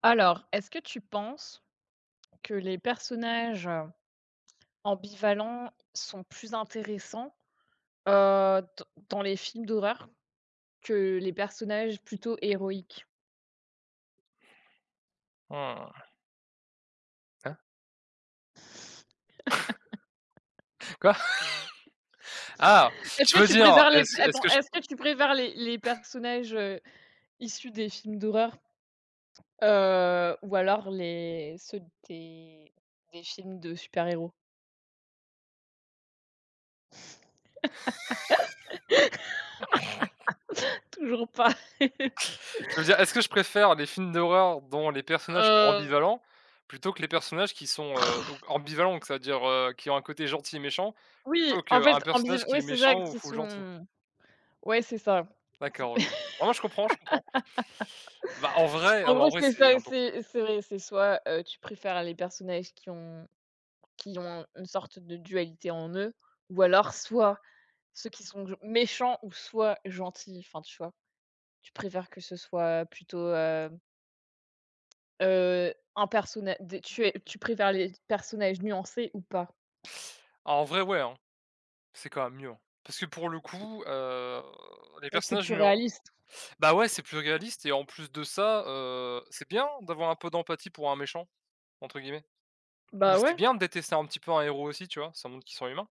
Alors, est-ce que tu penses que les personnages ambivalents sont plus intéressants, d dans les films d'horreur que les personnages plutôt héroïques? Mmh. Hein? Quoi? Ah! Est-ce Tu que veux tu dire, préfères les est-ce est-ce attends, que je est-ce que tu préfères les personnages, issus des films d'horreur, ou alors les ceux des des films de super-héros? Toujours pas. tu veux dire, est-ce que je préfère les films d'horreur dont les personnages sont Hem, ambivalents, plutôt que les personnages qui sont, donc ambivalents, cest à dire, qui ont un côté gentil et méchant, oui, plutôt en qu'un fait, ambiv personnage qui oui, est c'est ça, méchant ou qui fou gentil? sont ouais, c'est ça. D'accord, OK. Non, non, je comprends, je comprends. Bah, en vrai En non, mais gros, en vrai, c'est c'est ça, un peu c'est compliqué. c'est vrai, c'est soit, tu préfères les personnages qui ont une sorte de dualité en eux ou alors soit ceux qui sont gen méchants ou soit gentils, enfin, tu vois? Tu préfères que ce soit plutôt, un personnage. Tu préfères les personnages nuancés ou pas? Ah, en vrai, ouais, hein. C'est quand même mieux, hein. Parce que pour le coup, les Et c'est personnages plus nuants réaliste. bah, ouais, c'est plus réaliste et en plus de ça, c'est bien d'avoir un peu d'empathie pour un «méchant» entre guillemets. Ou Bah, c'est ouais, bien de détester un petit peu un héros aussi, tu vois? Ça montre qu'ils sont humains.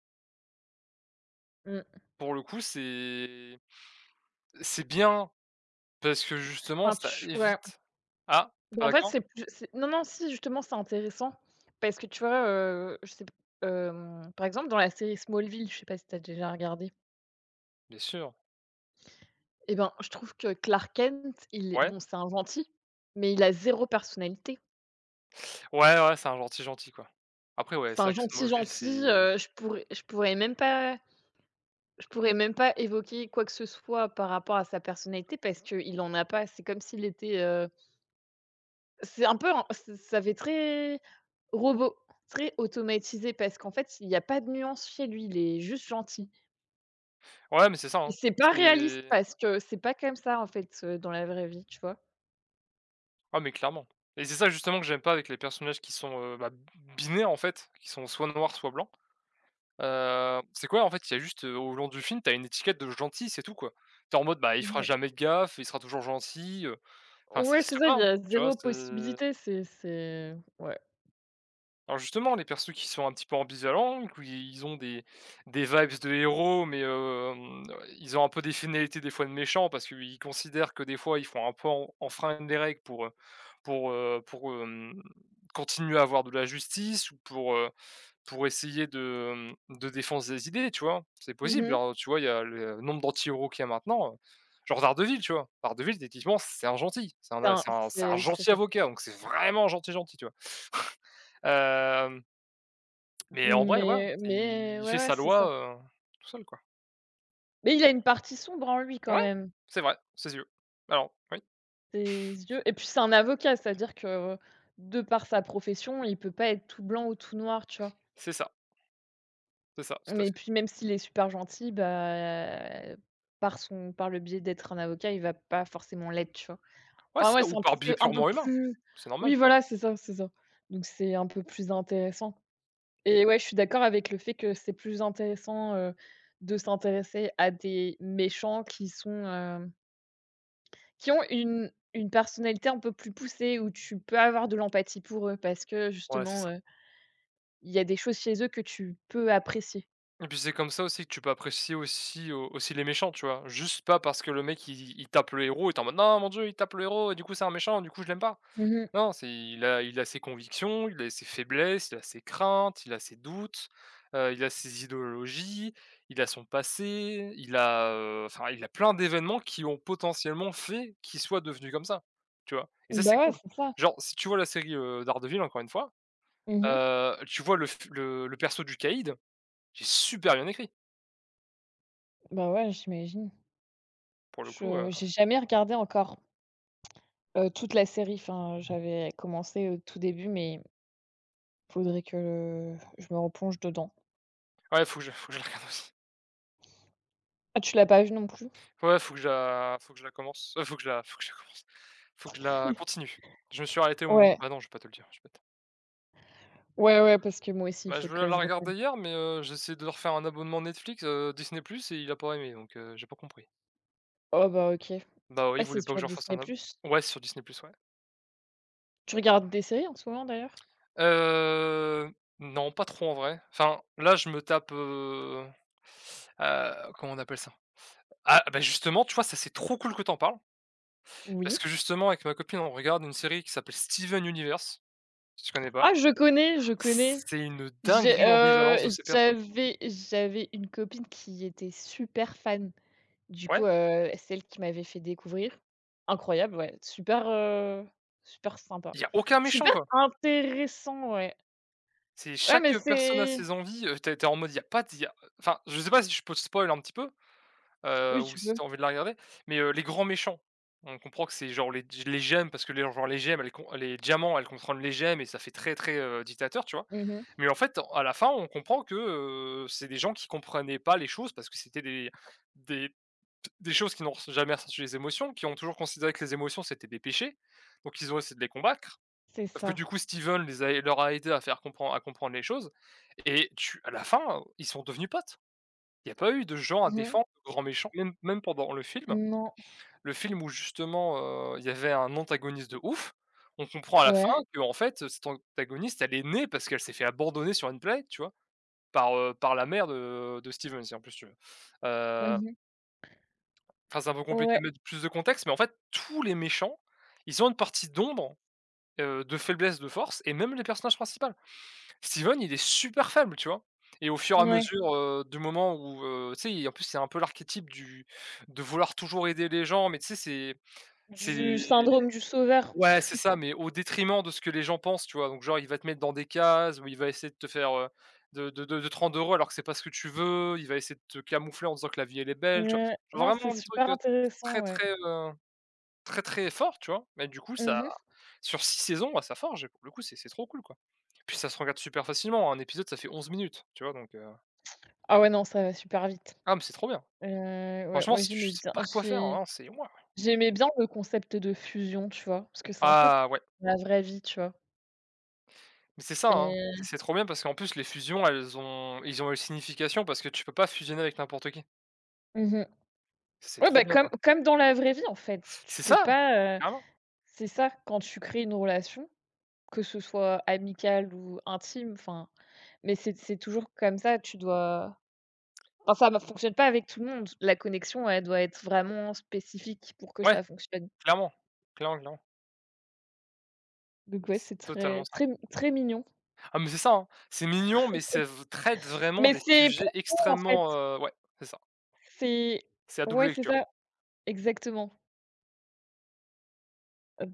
mmh, Pour le coup, c'est bien parce que justement enfin, ça tu ouais, évite. Ah, t'es bah, pas en fait, d'accord? c'est plus c'est non, non, si, justement, c'est intéressant parce que tu vois, je sais p par exemple, dans la série Smallville, je sais pas si t'as déjà regardé? Bien sûr, Eh ben, je trouve que Clark Kent, il est ouais. bon, c'est un gentil, mais il a zéro personnalité. Ouais, ouais, c'est un gentil gentil, quoi. Après ouais, C'est c'est un vrai que gentil Smallville, gentil, c'est je pourrais même pas je pourrais même pas évoquer quoi que ce soit par rapport à sa personnalité parce qu'il en a pas. C'est comme s'il était, c'est un peu en ç ça fait très robot, très automatisé parce qu'en fait, il y a pas de nuance chez lui, il est juste gentil ouais, mais c'est ça, et hein. c'est pas réaliste C'est parce que c'est pas comme ça, en fait, dans la vraie vie, tu vois? Ah mais clairement, et c'est ça justement que j'aime pas avec les personnages qui sont, bah, binaires en fait, qui sont soit noirs, soit blancs. C'est quoi en fait, il y a juste, au long du film, t'as une étiquette de gentil, c'est tout quoi. T'es en mode, bah, il Mmh fera mh. jamais de gaffe, il sera toujours gentil, enfin ça Ouais, c'est n'existe ça, pas, il y hein, a tu vois? zéro C'est possibilité, c'est ouais. Alors justement, les persos qui sont un petit peu ambivalents, qui ils ont des vibes de héros, mais, ils ont un peu des finalités des fois de méchants parce qu'ils considèrent que des fois ils font un peu en enfreindre les règles pour continuer à avoir de la justice ou pour essayer de défense des idées, tu vois? C'est Mmh possible, mh. hein, tu vois? Il y a le nombre d'anti-héros qu'il y a maintenant, genre Daredevil, tu vois? Daredevil techniquement c'est un gentil, c'est un Enfin, c'est un c'est c'est un oui, c'est gentil ça. avocat, donc c'est vraiment gentil, gentil, tu vois? Hem mais en vrai, voilà, Mais il ouais, fait ouais, sa c'est ça. loi, heu, tout seul, quoi. Mais il a une partie sombre en lui quand Ouais, même. c'est vrai, ses yeux. Alors oui, Ses yeux et puis c'est un avocat, c'est-à-dire que de par sa profession, il peut pas être tout blanc ou tout noir, tu vois? c'est ça, c'est ça, tout à Mais fait. puis même s'il est super gentil, bah, par le biais d'être un avocat, il va pas forcément l'être, tu vois? Ouais, Enfin c'est ouais, ça ou par biais c'est un peu purement humain. plus C'est normal, oui, tu vois? voilà, c'est ça, c'est ça. Donc c'est un peu plus intéressant. Et ouais, je suis d'accord avec le fait que c'est plus intéressant, de s'intéresser à des méchants qui sont, qui ont une personnalité un peu plus poussée, où tu peux avoir de l'empathie pour eux, parce que Ouais, c'est justement, ça. Il y a des choses chez eux que tu peux apprécier. Et puis c'est comme ça aussi que tu peux apprécier aussi, aussi les méchants, tu vois? Juste pas parce que le mec il tape le héros et tu en mode: «Non, mon Dieu, il tape le héros et du coup c'est un méchant, du coup je l'aime pas». Mmh. Non, c'est il a ses convictions, il a ses faiblesses, il a ses craintes, il a ses doutes, il a ses idéologies, il a son passé, il a, enfin, il a plein d'événements qui ont potentiellement fait qu'il soit devenu comme ça, tu vois? Et ça, c'est Bah, ouais, cool. c'est ça. Genre, si tu vois la série, Daredevil, encore une fois, Mmh. Tu vois le f le perso du Caïd, qui super bien écrit, Bah, ouais, j'imagine. pour le coup, Je j'ai jamais regardé encore, toute la série. Enfin, j'avais commencé au tout début, mais faudrait que je me replonge dedans. ouais, faut que je la regarde aussi. Ah, tu l'as pas vu non plus? Ouais, faut que je la commence, faut que je la commence, faut que je la continue. Je me suis arrêté au moment, Ouais. ah non, je vais pas te le dire, je vais pas te. Ouais, ouais, parce que moi aussi, il Bah, je faut voulais que la je reprenne. regarder hier, mais j'ai essayé de leur faire un abonnement Netflix, Disney+ et il a pas aimé, donc j'ai pas compris. Oh bah, OK. Bah, oui, Ah, il c'est voulait pas que sur je refasse Disney+. un ab ouais, sur Disney+, ouais. Tu regardes des séries en ce moment, d'ailleurs? Heu, non, pas trop en vrai. Enfin, là, je me tape, comment on appelle ça? Ah, bah, justement, tu vois, ça, c'est trop cool que t'en parles, parce Oui. que justement, avec ma copine, on regarde une série qui s'appelle Steven Universe, si tu connais Ah, pas. je connais, je connais. C'est une J'ai, dinguerie l'ambivalence de ces persos. j'avais une copine qui était super fan. Du coup, Ouais, c'est elle qui m'avait fait découvrir. Incroyable, ouais. Super sympa. il y a aucun méchant, Super quoi. intéressant, ouais. C'est Ouais, chaque, mais personne a c'est ses envies, tu es en mode il y a pas de, y a enfin, je sais pas si je peux te spoil un petit peu, oui, ou tu si peux. t'as envie de la regarder, mais, les grands méchants, on comprend que c'est genre les gemmes parce que les genre les gemmes, elles con les diamants, elles contrôlent les gemmes et ça fait très, très, dictateur, tu vois? Mmh. Mais en fait, à la fin, on comprend que, c'est des gens qui comprenaient pas les choses parce que c'était des des choses qui n'ont jamais ressenti les émotions, qui ont toujours considéré que les émotions, c'était des péchés, donc ils ont essayé de les combattre. C'est Sauf que ça. du coup, Steven les a leur a aidé à faire comprendre à comprendre les choses et tu à la fin, ils sont devenus potes. Il n'y a pas eu de gens à Mmh. défendre, de grands méchants, même même pendant le film. Non. Le film où justement, il y avait un antagoniste de ouf, on comprend à la fin Ouais. que en fait, cette antagoniste, elle est née parce qu'elle s'est fait abandonner sur une planète, tu vois? Par la mère de Steven, si en plus tu veux. Heu, Mmh. enfin, c'est un peu compliqué Ouais. de mettre plus de contexte, mais en fait, tous les méchants, ils ont une partie d'ombre, de faiblesse, de force et même les personnages principaux. Steven, il est super faible, tu vois? Et au fur et à Ouais. mesure, d'accord, du moment où, tu sais, en plus, c'est un peu l'archétype du de vouloir toujours aider les gens, mais tu sais, c'est Du les syndrome du sauveur. ouais, c'est ça, mais au détriment de ce que les gens pensent, tu vois? Donc genre, il va te mettre dans des cases ou il va essayer de te faire, de te rendre heureux alors que c'est pas ce que tu veux, il va essayer de te camoufler en disant que la vie, elle est belle, tu vois? Ouais, non, Genre c'est vraiment des trucs, super intéressant, très, ouais. très, très, très forts, tu vois? Mais du coup, Mmh ça mh. sur 6 saisons, bah, ça forge et pour le coup, c'est trop cool, quoi. Puis ça se regarde super facilement, un épisode ça fait 11 minutes, tu vois? Donc, Ah ouais, non, ça va super vite. ah mais c'est trop bien. Ouais, Franchement, moi si tu je sais pas quoi faire, j'ai hein, c'est waouh! j'aimais bien le concept de fusion, tu vois? Parce que c'est un peu Ah ouais, la vraie vie, tu vois? mais c'est ça, hein, c'est Et c'est trop bien parce qu'en plus les fusions elles ont ils ont une signification parce que tu peux pas fusionner avec n'importe qui. mmh mh. C'est Ouais, trop bah, bien comme ça. comme dans la vraie vie, en fait, tu C'est peux ça! pas, Clairement. c'est ça, quand tu crées une relation, que ce soit amicale ou intime, enfin mais c'est toujours comme ça, tu dois. Enfin, bah, fonctionne pas avec tout le monde. La connexion, elle doit être vraiment spécifique pour que ça Ouais, fonctionne. clairement. Clairement, clairement. Donc ouais, C'est c'est très totalement ça. très mi très mignon. Ah mais c'est ça, hein, c'est mignon mais ça v traite vraiment Mais des c'est sujets profond en fait, extrêmement, ouais, c'est ça. c'est C'est à double ouais, c'est lecture. ça, exactement.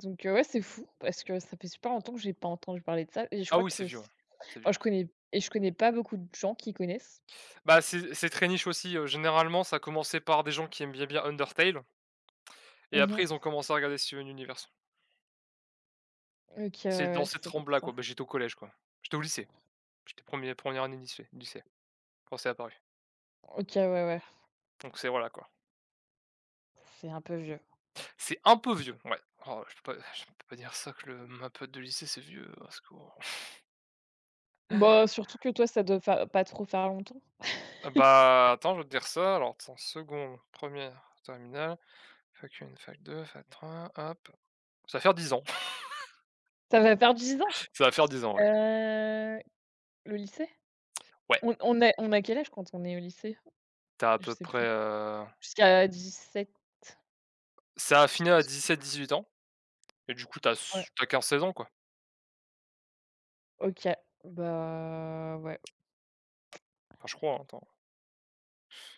Donc ouais, c'est fou parce que ça fait super longtemps que j'ai pas entendu parler de ça et je Ah crois oui, c'est que c violent, c'est enfin, violent. je connais et je connais pas beaucoup de gens qui connaissent. Bah, c'est très niche aussi, généralement ça a commencé par des gens qui aiment bien bien Undertale et Mmh. après ils ont commencé à regarder Steven Universe. OK, ouais, C'est dans ouais, cette c'est pour trempe-là, ça. quoi. Bah, j'étais au collège, quoi. J'étais au lycée. J'étais 1 première année de lycée quand c'est apparu. OK, ouais, ouais, Donc c'est voilà, quoi. c'est un peu vieux. C'est un peu vieux, ouais. Oh, je peux pas dire ça que le ma pote de lycée c'est vieux, au secours. Bah, surtout que toi, ça doit faire pas trop faire longtemps. Ah bah, attends, je vais te dire ça, alors attends, 2nde, terminale, fac 1, fac 2 fac 3 hop. Ça va faire 10 ans. Ça va faire 10 ans? Ça va faire 10 ans, ouais. Heu, le lycée? Ouais, On a quel âge quand on est au lycée? t'as à Je peu sais près, plus. Jusqu'à dix 18. ça a fini à 17 18 ans. Et du coup, t'as as Ouais, s tu as 15 ans, quoi. OK. Bah, ouais. Enfin, je crois, hein, attends,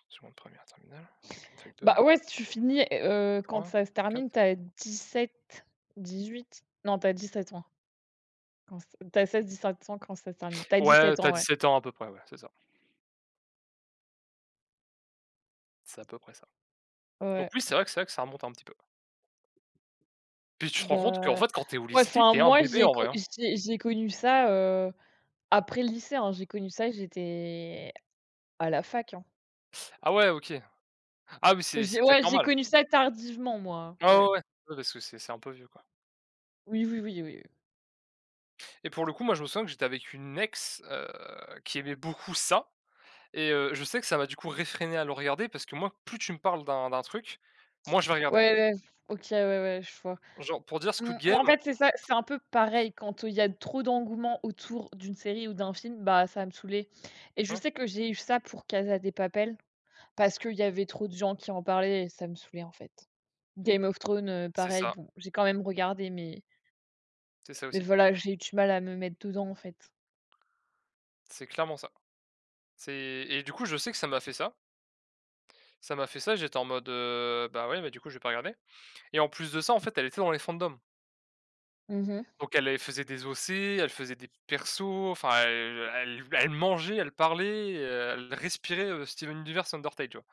seconde, première, terminale, fac une fac deux Bah, ouais, si tu finis, quand trois ça se termine, tu quatre. as 18. Non, tu as 7 ans quand c tu as 16-17 ans quand ça se termine. Tu as Ouais, sept t'as ans, dix ouais. sept ans à peu près, ouais, c'est ça. C'est à peu près ça. Donc Ouais. oui, c'est vrai que ça remonte un petit peu. Puis tu te rends compte qu'en Bah, fait, quand t'es es au ouais, lycée, enfin, tu un moi, bébé, j'ai en co vrai, hein. J'ai connu ça, après le lycée, hein. J'ai connu ça, j'étais à la fac, hein. Ah ouais, OK. Ah oui, Que c'est j'ai c'est peut-être ouais, j'ai normal. connu ça tardivement, moi, hein. Ah Ouais. ouais, ouais, ouais, parce que c'est un peu vieux, quoi. Oui, oui, oui, oui, oui. Et pour le coup, moi, je me souviens que j'étais avec une ex, qui aimait beaucoup ça et je sais que ça m'a, du coup, réfréné à le regarder parce que moi, plus tu me parles d'un truc, moi je vais regarder. Ouais, ouais, OK, ouais, ouais, je vois. Genre, pour dire Squid Mmh, en Game fait, c'est ça, c'est un peu pareil quand, il y a trop d'engouement autour d'une série ou d'un film, bah, ça va me saouler et je ouais, sais que j'ai eu ça pour Casa des Papel parce qu'il y avait trop de gens qui en parlaient et ça me saoulait, en fait. Game of Thrones, c'est pareil, ça. bon, j'ai quand même regardé mais C'est ça mais aussi. voilà, j'ai eu du mal à me mettre dedans, en fait. C'est clairement ça. C'est et du coup, je sais que ça m'a fait ça. Ça m'a fait ça, j'étais en mode, bah, ouais, mais du coup, je vais pas regarder et en plus de ça, en fait, elle était dans les fandoms. Mmh. Donc elle, elle faisait des OC, elle faisait des persos, enfin, elle mangeait, elle parlait, elle respirait, Steven Universe et Undertale, tu vois?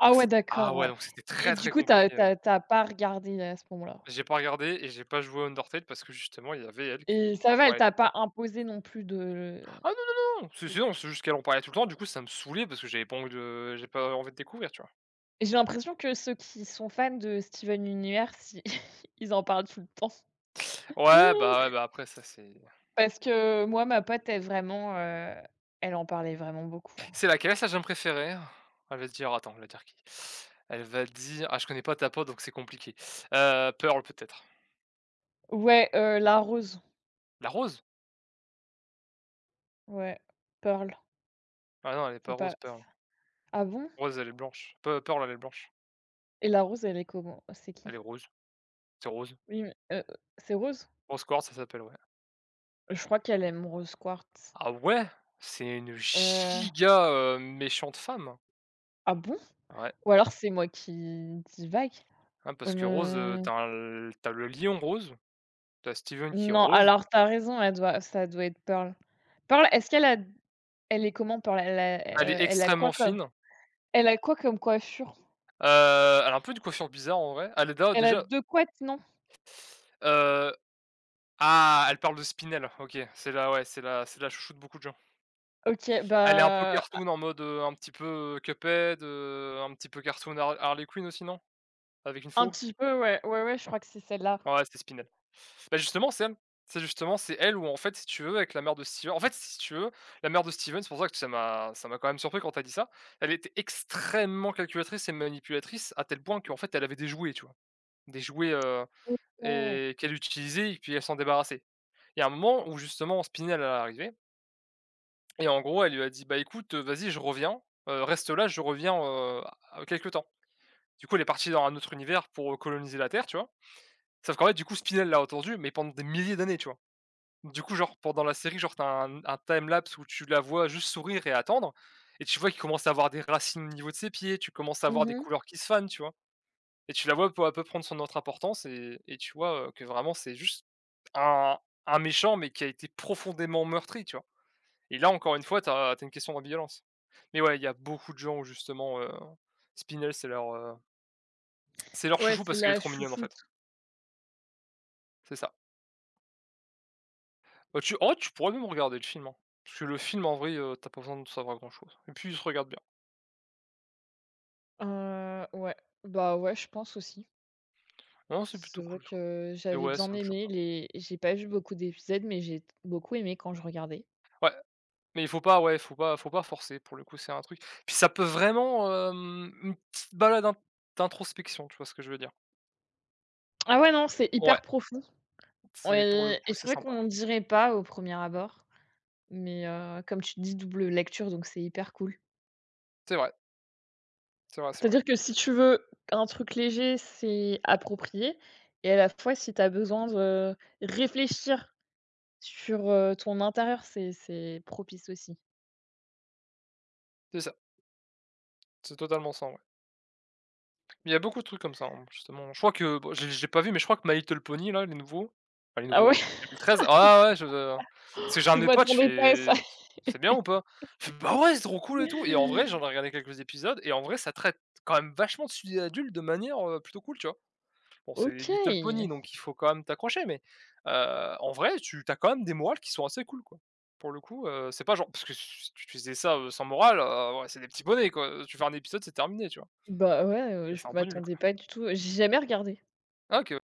Ah Donc ouais, c'était d'accord, ah ouais, ouais donc c'était et très, du très coup, t'as compliqué, t'as t'as pas regardé à ce moment-là? J'ai pas regardé et j'ai pas joué à Undertale parce que justement, il y avait elle Et qui ça en va, elle parlait tout t'a le pas temps. imposé non plus de. Ah non, non, non, non, c'est non, c'est juste qu'elle en parlait tout le temps, du coup, ça me saoulait parce que j'avais pas envie de découvrir, tu vois? J'ai l'impression que ceux qui sont fans de Steven Universe, i ils en parlent tout le temps. Mmh. Ouais, bah, après ça Parce que moi, ma pote est vraiment, elle en parlait vraiment beaucoup, hein. c'est laquelle sa gemme préférée? Elle va dire attends, elle va dire qui? Elle va dire ah je connais pas ta pote donc c'est compliqué. Pearl peut-être? Ouais, la rose, La rose? ouais, Pearl. Ah non elle est c'est pas pas rose Pearl. ah bon? Rose elle est blanche. Pe Pearl elle est blanche. Et la rose, elle est comment? C'est qui? Elle est rose, c'est rose. Oui, mais c'est Rose? Rose quartz ça s'appelle, ouais. Je crois qu'elle aime Rose Quartz. Ah ouais? C'est une Heu, giga, méchante femme. ah bon? Ouais, Ou alors c'est moi qui divague? hein, parce que Rose, Hem, t'as as l le lion rose, t'as Steven qui est non, rose. alors tu as raison, elle doit ça doit être Pearl. Pearl, est-ce qu'elle a d. Elle est comment par la. Elle est heu, elle a quoi extrêmement comme fine. elle a quoi comme coiffure? Elle a un peu une coiffure bizarre en vrai. Elle est da Elle a déjà, deux couettes, non? heu Ah, elle parle de Spinel. OK, c'est la chouchoute de beaucoup de gens. OK, Elle est un peu bah, cartoon en mode, un petit peu, Cuphead, un petit peu cartoon Harley Quinn aussi, non? Avec une un faux? petit peu, ouais. Ouais, ouais, je crois que c'est celle-là. Ouais, c'est Spinel. Bah, justement, c'est elle. C'est elle où en fait, si tu veux, avec la mère de Steven. En fait, si tu veux, la mère de Steven, c'est pour ça que ça m'a quand même surpris quand t'as dit ça. Elle était extrêmement calculatrice et manipulatrice à tel point qu'en fait, elle avait des jouets, tu vois? Des jouets, OK. et qu'elle utilisait et puis elle s'en débarrassait. Il y a un moment où justement Spinel, elle est arrivée. Et en gros, elle lui a dit: «Bah, écoute, vas-y, je reviens, reste là, je reviens, à quelque temps». Du coup, elle est partie dans un autre univers pour, coloniser la Terre, tu vois? Sauf qu'en fait, du coup, Spinel l'a entendue, mais pendant des milliers d'années, tu vois? Du coup, genre, pendant la série, genre, t'as un time lapse où tu la vois juste sourire et attendre, et tu vois qu'il commence à avoir des racines au niveau de ses pieds, tu commences à Mmh avoir des mh. couleurs qui se fanent, tu vois? Et tu la vois peu à peu prendre son autre importance et tu vois, que vraiment c'est juste un méchant, mais qui a été profondément meurtri, tu vois? Et là, encore une fois, une question d'ambivalence. Mais ouais, il y a beaucoup de gens où justement, Spinel, c'est leur Ouais, chouchou c'est parce qu'elle est la trop mignonne en fait. chouchoute. C'est ça. Bah, tu pourrais même regarder le film, hein. Parce que le film en vrai, tu pas besoin de savoir grand chose. Et puis il se regarde bien. Ouais. Bah, ouais, je pense aussi. Non, c'est C'est plutôt vrai cool. que Et j'avais ouais, bien ça me choque aimé pas. les j'ai pas vu beaucoup d'épisodes, mais j'ai t beaucoup aimé quand je regardais. Ouais, mais il faut pas ouais, faut pas forcer, pour le coup, c'est un truc, puis ça peut vraiment, une petite balade d'introspection, tu vois ce que je veux dire? Ah ouais, non, c'est Ouais, hyper profond. c'est pour le Ouais et coup, c'est c'est vrai sympa. qu'on dirait pas au premier abord, mais comme tu dis, double lecture, donc c'est hyper cool. C'est vrai, c'est vrai, c'est vrai. C'est-à-dire que si tu veux un truc léger, c'est approprié et à la fois, si tu as besoin de réfléchir sur, ton intérieur, c'est propice aussi. C'est ça, c'est totalement ça, en... Il y a beaucoup de trucs comme ça, hein, justement. Je crois que bon, j'ai pas vu, mais je crois que My Little Pony là, les nouveaux, enfin les Ah nouveaux, ouais? 2013, ah ouais, ouais, je... parce que j'ai un Je de mes potes, je m'attendais pas à ça. fais: «C'est bien ou pas?» Il fait: «Bah ouais, c'est trop cool et tout», et en vrai, j'en ai regardé quelques épisodes et en vrai, ça traite quand même vachement de sujets adultes de manière, plutôt cool, tu vois? Bon, c'est OK. Little Pony, donc il faut quand même t'accrocher, mais en vrai, tu as quand même des morales qui sont assez cool, quoi. Pour le coup, c'est pas genre parce que si tu faisais ça, sans morale, ouais, c'est des petits bonnets, quoi, tu fais un épisode, c'est terminé, tu vois? Bah, ouais, je C'est un peu nul, quoi. m'attendais pas du tout. J'ai jamais regardé. Ah OK.